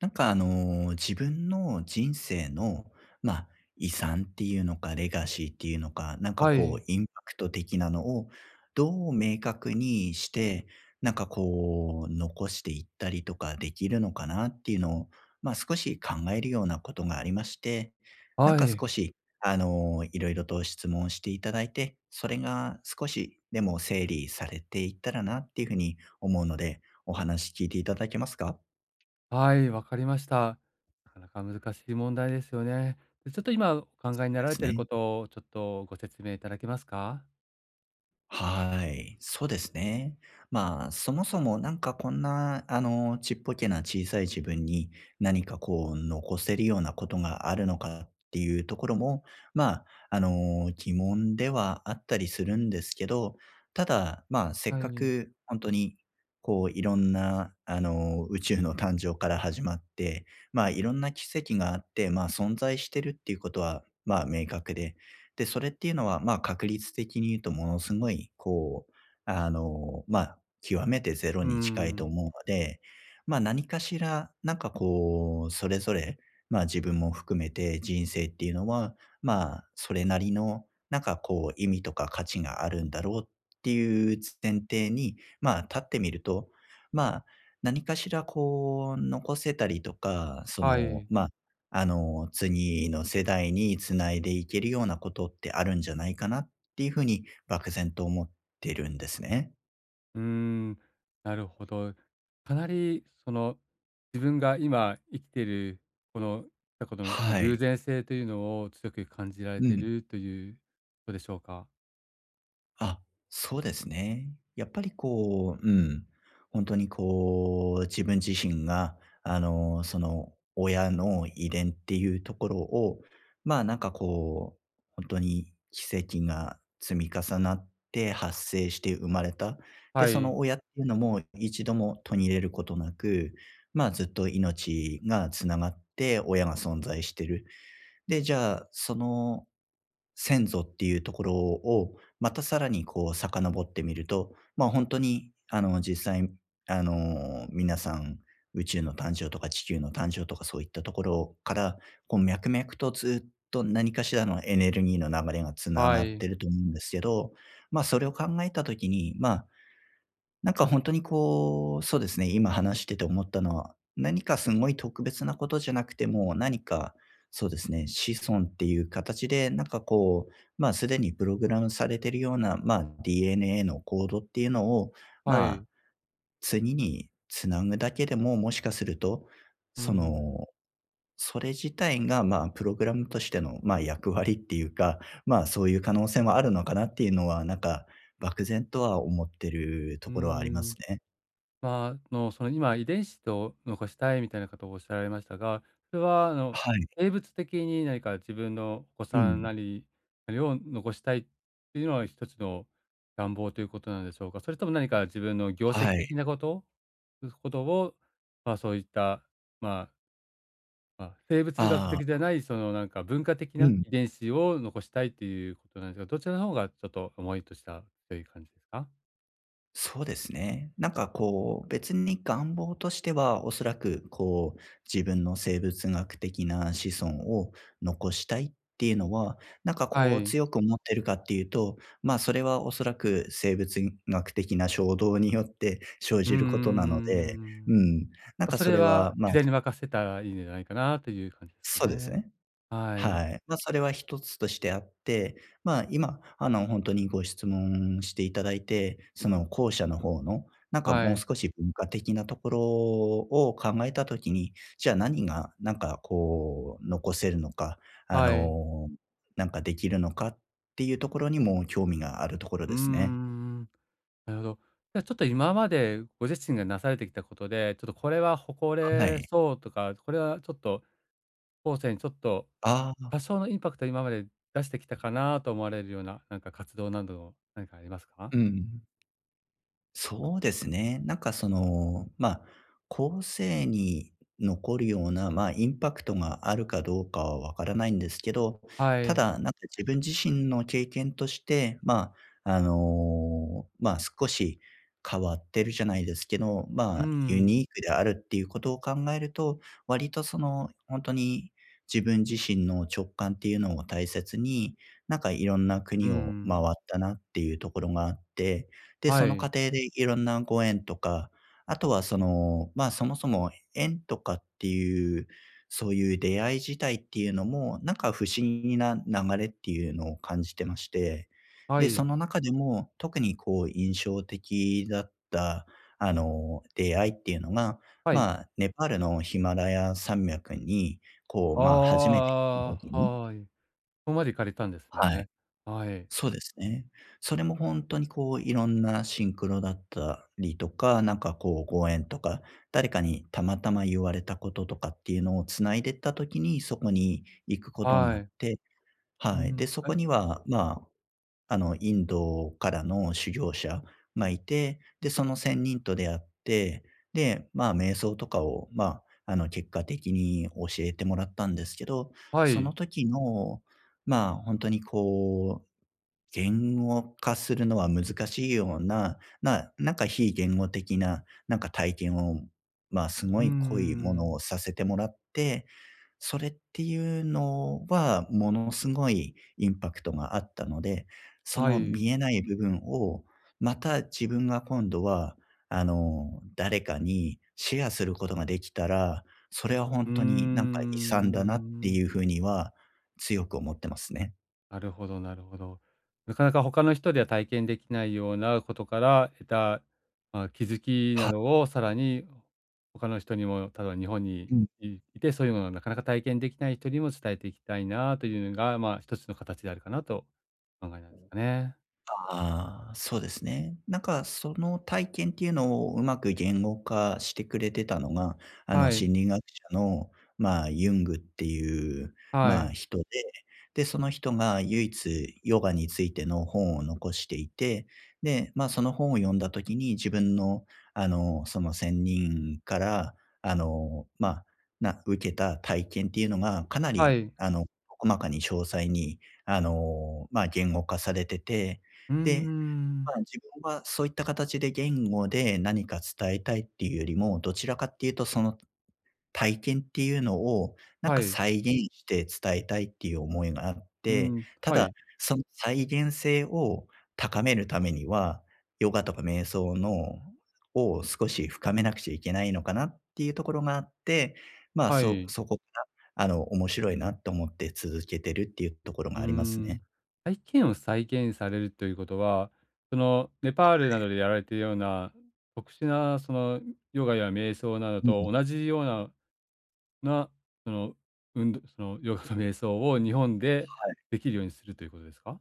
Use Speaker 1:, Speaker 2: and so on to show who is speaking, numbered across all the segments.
Speaker 1: なんか、あの、自分の人生の、まあ、遺産っていうのか、レガシーっていうのか、なんか
Speaker 2: は
Speaker 1: こう、
Speaker 2: い、
Speaker 1: インパクト的なのをどう明確にして、なんかこう、残していったりとかできるのかなっていうのを、まあ、少し考えるようなことがありまして、なん
Speaker 2: は
Speaker 1: か少
Speaker 2: い、
Speaker 1: し、あの、いろいろと質問していただいて、それが少しでも整理されていったらなっていうふうに思うので、お話聞いていただけますか。
Speaker 2: はい、わかりました。なかなか難しい問題ですよね。で、ちょっと今お考えにな
Speaker 1: で
Speaker 2: られ
Speaker 1: す
Speaker 2: ている
Speaker 1: ね。
Speaker 2: ことをちょっとご説明いただけますか？
Speaker 1: はい、そうですね。まあ、そもそもなんかこんな、あの、ちっぽけな小さい自分に何かこう残せるようなことがあるのかっていうところも、まあ、あの、疑問ではあったりするんですけど、ただ、まあ、せっ
Speaker 2: は
Speaker 1: か
Speaker 2: い。
Speaker 1: く本当に、こういろんな、あの、宇宙の誕生から始まって、まあ、いろんな奇跡があって、まあ、存在してるっていうことは、まあ、明確で、で、それっていうのは、まあ、確率的に言うとものすごい、こう、あの、まあ、極めてゼロ
Speaker 2: う
Speaker 1: に近いと
Speaker 2: ん。
Speaker 1: 思うので、まあ、何かしら、なんかこう、それぞれ、まあ、自分も含めて人生っていうのは、まあ、それなりの、なんかこう、意味とか価値があるんだろうっていう前提に、まあ、立ってみると、まあ、何かしらこう、残せたりとか、そ
Speaker 2: は
Speaker 1: の、
Speaker 2: い。
Speaker 1: まあ、あの、次の世代に繋いでいけるようなことってあるんじゃないかなっていうふうに漠然と思ってるんですね。
Speaker 2: うーん、なるほど。かなりその、自分が今生きているこの過去のその
Speaker 1: は
Speaker 2: 偶
Speaker 1: い。
Speaker 2: 然性というのを強く感じられ
Speaker 1: う
Speaker 2: てい
Speaker 1: ん。
Speaker 2: るということでしょうか？
Speaker 1: あ、そうですね。やっぱりこう、うん、本当にこう、自分自身が、あの、その、親の遺伝っていうところを、まあ、なんかこう、本当に奇跡が積み重なって発生して生まれた。で、
Speaker 2: は
Speaker 1: その
Speaker 2: い、
Speaker 1: 親っていうのも一度も途切れることなく、まあ、ずっと命がつながって親が存在してる。で、じゃあ、その先祖っていうところを、またさらにこう遡ってみると、まあ、本当に、あの、実際、あの、皆さん宇宙の誕生とか地球の誕生とかそういったところから、こう脈々とずっと何かしらのエネルギーの流れがつな
Speaker 2: は
Speaker 1: がっ
Speaker 2: い、
Speaker 1: てると思うんですけど、まあ、それを考えた時に、まあ、なんか本当にこう、そうですね、今話してて思ったのは、何かすごい特別なことじゃなくても、何か、そうですね、子孫っていう形で、なんかこう、まあ、すでにプログラムされてるような、まあ、DNA のコードっていうのを、
Speaker 2: は
Speaker 1: まあ、
Speaker 2: い。
Speaker 1: 次につなぐだけでも、もしかすると、
Speaker 2: うー
Speaker 1: そ
Speaker 2: ん、
Speaker 1: の、それ自体が、まあ、プログラムとしての、まあ、役割っていうか、まあ、そういう可能性もあるのかなっていうのは、なんか漠然とは思ってる
Speaker 2: う
Speaker 1: と
Speaker 2: ー
Speaker 1: ころはあります
Speaker 2: ん。
Speaker 1: ね。
Speaker 2: まあ、その今遺伝子と残したいみたいなことをおっしゃられましたが、それは
Speaker 1: はい。
Speaker 2: 生物的に何か自分のお子
Speaker 1: う
Speaker 2: さん
Speaker 1: ん。
Speaker 2: なりなりを残したいっていうのは一つの願望ということなんでしょうか？それとも何か自分の業
Speaker 1: は
Speaker 2: 績
Speaker 1: い。
Speaker 2: 的なことことを、まあ、そういった、まあ、まあ、生物学
Speaker 1: あ
Speaker 2: 的じゃ
Speaker 1: あ、
Speaker 2: ない、そのなんか文化的
Speaker 1: う
Speaker 2: な
Speaker 1: ん。
Speaker 2: 遺伝子を残したいっていうことなんですが、どちらの方がちょっと思いとしたという感じですか？
Speaker 1: そうですね。なんかこう、別に願望としては、おそらくこう、自分の生物学的な子孫を残したいっていうのは、なんか
Speaker 2: は
Speaker 1: こう
Speaker 2: い。
Speaker 1: 強く思ってるかっていうと、まあ、それはおそらく生物学的な衝動によって生
Speaker 2: うー
Speaker 1: じることなので、う
Speaker 2: ん。
Speaker 1: ん、なんか
Speaker 2: そ
Speaker 1: そ
Speaker 2: れ
Speaker 1: れ
Speaker 2: は
Speaker 1: は、まあ、
Speaker 2: 自然に任せたらいいんじゃないかなという感じですか
Speaker 1: そうです
Speaker 2: ね。
Speaker 1: ね。
Speaker 2: はい。
Speaker 1: はい。まあ、それは一つとしてあって、まあ、今、あの、本当にご質問していただいて、その後者の方の、なんか
Speaker 2: は
Speaker 1: もう
Speaker 2: い。
Speaker 1: 少し文化的なところを考えたときに、じゃあ何がなんかこう残せるのか、あ
Speaker 2: はい。
Speaker 1: の、なんかできるのかっていうところにも興味があるところ
Speaker 2: うー
Speaker 1: ですね。
Speaker 2: ん。なるほど。じゃあちょっと今までご自身がなされてきたことで、ちょっとこれは誇
Speaker 1: は
Speaker 2: れ
Speaker 1: い。
Speaker 2: そうとか、これはちょっと後世にちょっと
Speaker 1: ああ、
Speaker 2: 多少のインパクトを今まで出してきたかなと思われるような、なんか活動など何かありますか？
Speaker 1: うん。そうですね。なんかその、まあ、後世に残るような、まあ、インパクトがあるかどうかはわからないんですけど、
Speaker 2: は
Speaker 1: た
Speaker 2: い。
Speaker 1: だ、なんか自分自身の経験として、まあ、あの、まあ、少し変わってるじゃないですけど、
Speaker 2: う
Speaker 1: ま
Speaker 2: ー
Speaker 1: あ、ユ
Speaker 2: ん。
Speaker 1: ニークであるっていうことを考えると、割とその、本当に自分自身の直感っていうのを大切に、なんかいろんな
Speaker 2: うー
Speaker 1: 国を回
Speaker 2: ん。
Speaker 1: ったなっていうところがあって、で、そ
Speaker 2: は
Speaker 1: の過
Speaker 2: い。
Speaker 1: 程でいろんなご縁とか、あとはその、まあ、そもそも縁とかっていう、そういう出会い自体っていうのも、なんか不思議な流れっていうのを感じてまして、
Speaker 2: は
Speaker 1: で、そ
Speaker 2: い。
Speaker 1: の中でも特にこう印象的だった、あの、出会いっていうのが、
Speaker 2: はい。
Speaker 1: まあ、ネパールのヒマラヤ山脈に、こう、まあ、初め
Speaker 2: あ
Speaker 1: て行っ
Speaker 2: あ、
Speaker 1: た時
Speaker 2: あ
Speaker 1: に。
Speaker 2: あ、はい。ここまで行かれたんです
Speaker 1: はい。
Speaker 2: ね。はい。
Speaker 1: そうですね。それも本当にこう、いろんなシンクロだったりとか、なんかこうご縁とか、誰かにたまたま言われたこととかっていうのを繋いでった時に、そこに行くことにな
Speaker 2: は
Speaker 1: っ
Speaker 2: い。
Speaker 1: て、
Speaker 2: う
Speaker 1: はい。で、
Speaker 2: ん、
Speaker 1: そ
Speaker 2: え、
Speaker 1: こには、まあ、あの、インドからの修行者がいて、で、その仙人と出会って、で、まあ、瞑想とかを、まあ、あの、結果的に教えてもらったんですけど、
Speaker 2: は
Speaker 1: その
Speaker 2: い。
Speaker 1: 時の、まあ、本当にこう、言語化するのは難しいような、なんか非言語的な、なんか体験を、まあ、すご
Speaker 2: うん
Speaker 1: い濃いも
Speaker 2: ん。
Speaker 1: のをさせてもらって、それっていうのは、ものすごいインパクトがあったので、そ
Speaker 2: は
Speaker 1: の
Speaker 2: い。
Speaker 1: 見えない部分を、また自分が今度は、あの、誰かにシェアすることができたら、それは
Speaker 2: う
Speaker 1: 本
Speaker 2: ー
Speaker 1: 当になんか遺産だなって
Speaker 2: ん。
Speaker 1: いうふうには強く思ってますね。
Speaker 2: なるほど、なるほど。なかなか他の人では体験できないようなことから得た、まあ、気づきな
Speaker 1: は
Speaker 2: どをさらに他の人にも、ただ日本に
Speaker 1: うん。
Speaker 2: いいて、そういうものをなかなか体験できない人にも伝えていきたいなというのが、まあ、一つの形であるかなとお考えなんですかね。
Speaker 1: ああ、そうですね。なんかその体験っていうのをうまく言語化してくれてたのが、あの
Speaker 2: はい、
Speaker 1: 心理学者の、まあ、ユングっていう、
Speaker 2: は
Speaker 1: まあ、
Speaker 2: い、
Speaker 1: 人で、で、その人が唯一ヨガについての本を残していて、で、まあ、その本を読んだ時に自分の、あの、その仙人から、あの、まあ、受けた体験っていうのがかな
Speaker 2: は
Speaker 1: り、
Speaker 2: い。
Speaker 1: あの、細かに詳細に、あの、まあ、言語化されてて、
Speaker 2: うー
Speaker 1: で、ま
Speaker 2: ん。
Speaker 1: あ、自分はそういった形で言語で何か伝えたいっていうよりも、どちらかっていうとその体験っていうのを、なん
Speaker 2: は
Speaker 1: か
Speaker 2: い。
Speaker 1: 再現して伝えたいっていう思いがあっ
Speaker 2: う
Speaker 1: て、
Speaker 2: ん、
Speaker 1: た
Speaker 2: は
Speaker 1: だ、
Speaker 2: い、
Speaker 1: その再現性を高めるためには、ヨガとか瞑想のを少し深めなくちゃいけないのかなっていうところがあって、
Speaker 2: はい。
Speaker 1: そこがあの、面白いなと思って続けてるっていうところ
Speaker 2: う
Speaker 1: が
Speaker 2: ー
Speaker 1: あります
Speaker 2: ん。
Speaker 1: ね。
Speaker 2: 体験を再現されるということは、そのネパールなどでやられているような特殊なそのヨガや瞑想など
Speaker 1: うん。
Speaker 2: と同じようなな、その、運動そのヨガと瞑想を日本でできるようにするということですか？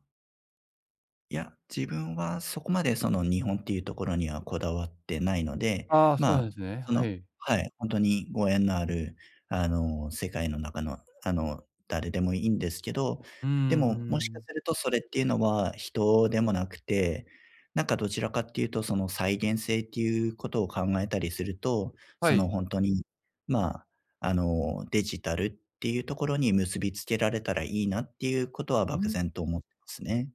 Speaker 1: いや、自分はそこまでその日本っていうところにはこだわってないので、
Speaker 2: ああ、
Speaker 1: ま
Speaker 2: そうなんで
Speaker 1: あ、
Speaker 2: すね。
Speaker 1: そ
Speaker 2: は
Speaker 1: の、
Speaker 2: い。
Speaker 1: はい、ほんとにご縁のある、あの、世界の中の、あの、誰でもいいんですけど、
Speaker 2: う
Speaker 1: でも、もしか
Speaker 2: んん。
Speaker 1: するとそれっていうのは人でもなくて、なんかどちらかっていうとその再現性っていうことを考えたりすると、
Speaker 2: は
Speaker 1: その
Speaker 2: い。
Speaker 1: ほんとに、まあ、あの、デジタルっていうところに結びつけられたらいいなっていうことは
Speaker 2: う
Speaker 1: 漠
Speaker 2: ん？
Speaker 1: 然と思ってますね。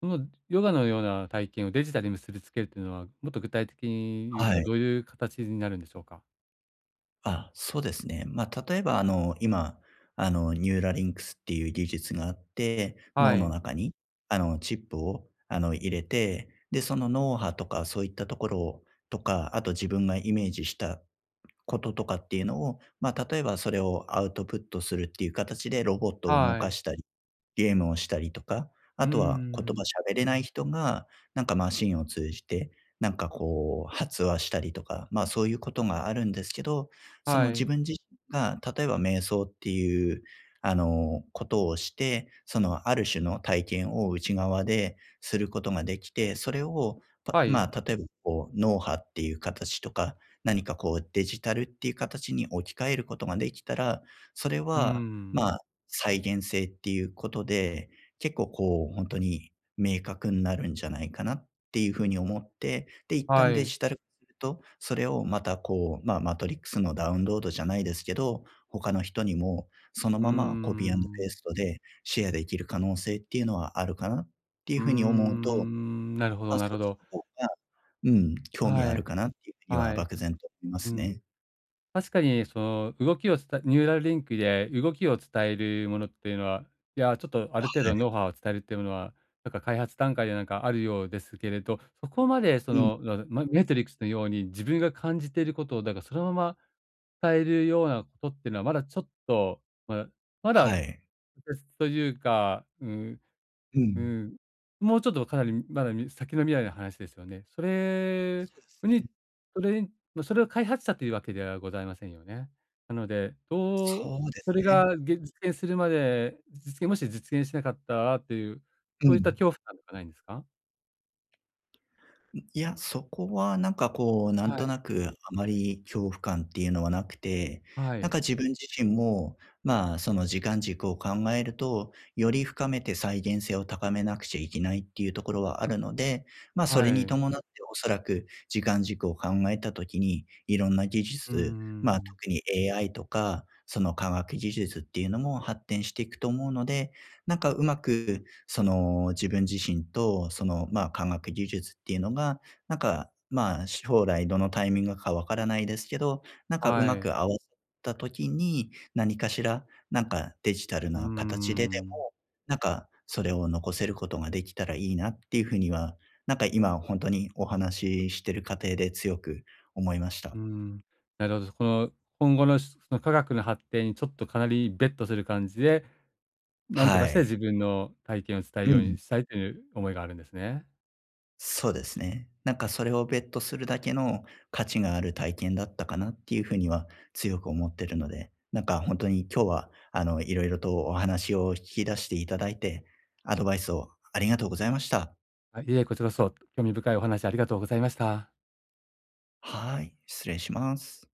Speaker 2: そのヨガのような体験をデジタルに結びつけるというのは、もっと具体的に言う
Speaker 1: は
Speaker 2: と
Speaker 1: い。
Speaker 2: どういう形になるんでしょうか？
Speaker 1: あ、そうですね。まあ、例えば、あの、今、あの、ニューラリンクスっていう技術があって、
Speaker 2: は
Speaker 1: 脳の
Speaker 2: い。
Speaker 1: 中に、あの、チップを、あの、入れて、で、その脳波とかそういったところをとか、あと自分がイメージしたこととかっていうのを、まあ、例えばそれをアウトプットするっていう形でロボットを動
Speaker 2: は
Speaker 1: か
Speaker 2: い。
Speaker 1: したり、ゲームをしたりとか、あ
Speaker 2: うう
Speaker 1: とは言葉
Speaker 2: ん。
Speaker 1: 喋れない人が、なんかマシンを通じて、なんかこう発話したりとか、まあ、そういうことがあるんですけど、その
Speaker 2: は
Speaker 1: 自
Speaker 2: い。
Speaker 1: 分自身が例えば瞑想っていう、あの、ことをして、そのある種の体験を内側ですることができて、それを、
Speaker 2: はい。
Speaker 1: まあ、例えばこう脳波っていう形とか、何かこうデジタルっていう形に置き換えることができたら、それ
Speaker 2: うー
Speaker 1: は、ま
Speaker 2: ん。
Speaker 1: あ、再現性っていうことで、結構こう本当に明確になるんじゃないかなっていうふうに思って、で、一
Speaker 2: は
Speaker 1: 旦デ
Speaker 2: い。
Speaker 1: ジタル化すると、それをまたこう、まあ、マトリックスのダウンロードじゃないですけど、他の人にもその
Speaker 2: うー
Speaker 1: ままコピーペー
Speaker 2: ん。
Speaker 1: ストでシェアできる可能性っていうのはあるかなっていう
Speaker 2: うー
Speaker 1: ふうに思うと、
Speaker 2: ん、なるほ
Speaker 1: ま
Speaker 2: ど、
Speaker 1: あ、
Speaker 2: な
Speaker 1: そ
Speaker 2: る
Speaker 1: っ
Speaker 2: ほ
Speaker 1: ち
Speaker 2: ど。
Speaker 1: の方がうん、興味あ
Speaker 2: は
Speaker 1: る
Speaker 2: い、
Speaker 1: かなっていうふうには
Speaker 2: はい。
Speaker 1: 漠然と思いま
Speaker 2: う
Speaker 1: す
Speaker 2: ん。
Speaker 1: ね。
Speaker 2: 確かにその動きをつたニューラルリンクで動きを伝えるものっていうのは、いや、ちょっとある程度ノウハウを伝えるっていうのは、なんか開発段階でなんかあるようですけれど、そこまでそ
Speaker 1: うん、
Speaker 2: の、なま、メトリックスのように自分が感じていることをだからそのまま伝えるようなことっていうのはまだちょっと、まだま
Speaker 1: は
Speaker 2: だ、
Speaker 1: い。
Speaker 2: というか、
Speaker 1: う
Speaker 2: う
Speaker 1: ん。
Speaker 2: ん。もうちょっとかなりまだみ先の未来の話ですよね。
Speaker 1: そうですね。
Speaker 2: にそれにま、それを開発したというわけではございませんよね。なので、どう
Speaker 1: そうで
Speaker 2: そ
Speaker 1: す
Speaker 2: れ
Speaker 1: ね。
Speaker 2: がげ実現するまで、実現もし実現しなかったらっていう、
Speaker 1: う
Speaker 2: そういった
Speaker 1: ん。
Speaker 2: 恐怖感とかないんですか？
Speaker 1: いや、そこはなんかこう、なん
Speaker 2: は
Speaker 1: と
Speaker 2: い。
Speaker 1: なくあまり恐怖感っていうのはなくて、
Speaker 2: は
Speaker 1: なんか
Speaker 2: い。
Speaker 1: 自分自身も、まあ、その時間軸を考えると、より深めて再現性を高めなくちゃいけないっていうところはあるので、まあ、それ
Speaker 2: は
Speaker 1: に
Speaker 2: い。
Speaker 1: 伴っておそらく時間軸を考えたときに、いろんな技
Speaker 2: うー
Speaker 1: 術、まあ、
Speaker 2: ん。
Speaker 1: 特に AI とか、その科学技術っていうのも発展していくと思うので、なんかうまく、その自分自身と、その、まあ、科学技術っていうのがなんか、まあ、将来どのタイミングかわからないですけど、なんかうま
Speaker 2: はい。
Speaker 1: く合わせった時に、何かしら、なんかデジタル
Speaker 2: うー
Speaker 1: な形でで
Speaker 2: ん。
Speaker 1: も、なんかそれを残せることができたらいいなっていうふうには、なんか今本当にお話ししてる過程で強く思いまし
Speaker 2: う
Speaker 1: た。
Speaker 2: ーん。なるほど。この今後のしその科学の発展にちょっとかなりベットする感じでなんと
Speaker 1: は
Speaker 2: かして自
Speaker 1: い。
Speaker 2: 分の体験を伝え
Speaker 1: う
Speaker 2: るよう
Speaker 1: ん。
Speaker 2: にしたいという思いがあるんですね。
Speaker 1: そうですね。なんかそれをベットするだけの価値がある体験だったかなっていうふうには強く思ってるので、なんか本当に今日はあのいろいろとお話を引き出していただいて、アドバイスをありがとうございました。
Speaker 2: あ、いえ、こちらこそ興味深いお話ありがとうございました。
Speaker 1: はい、失礼します。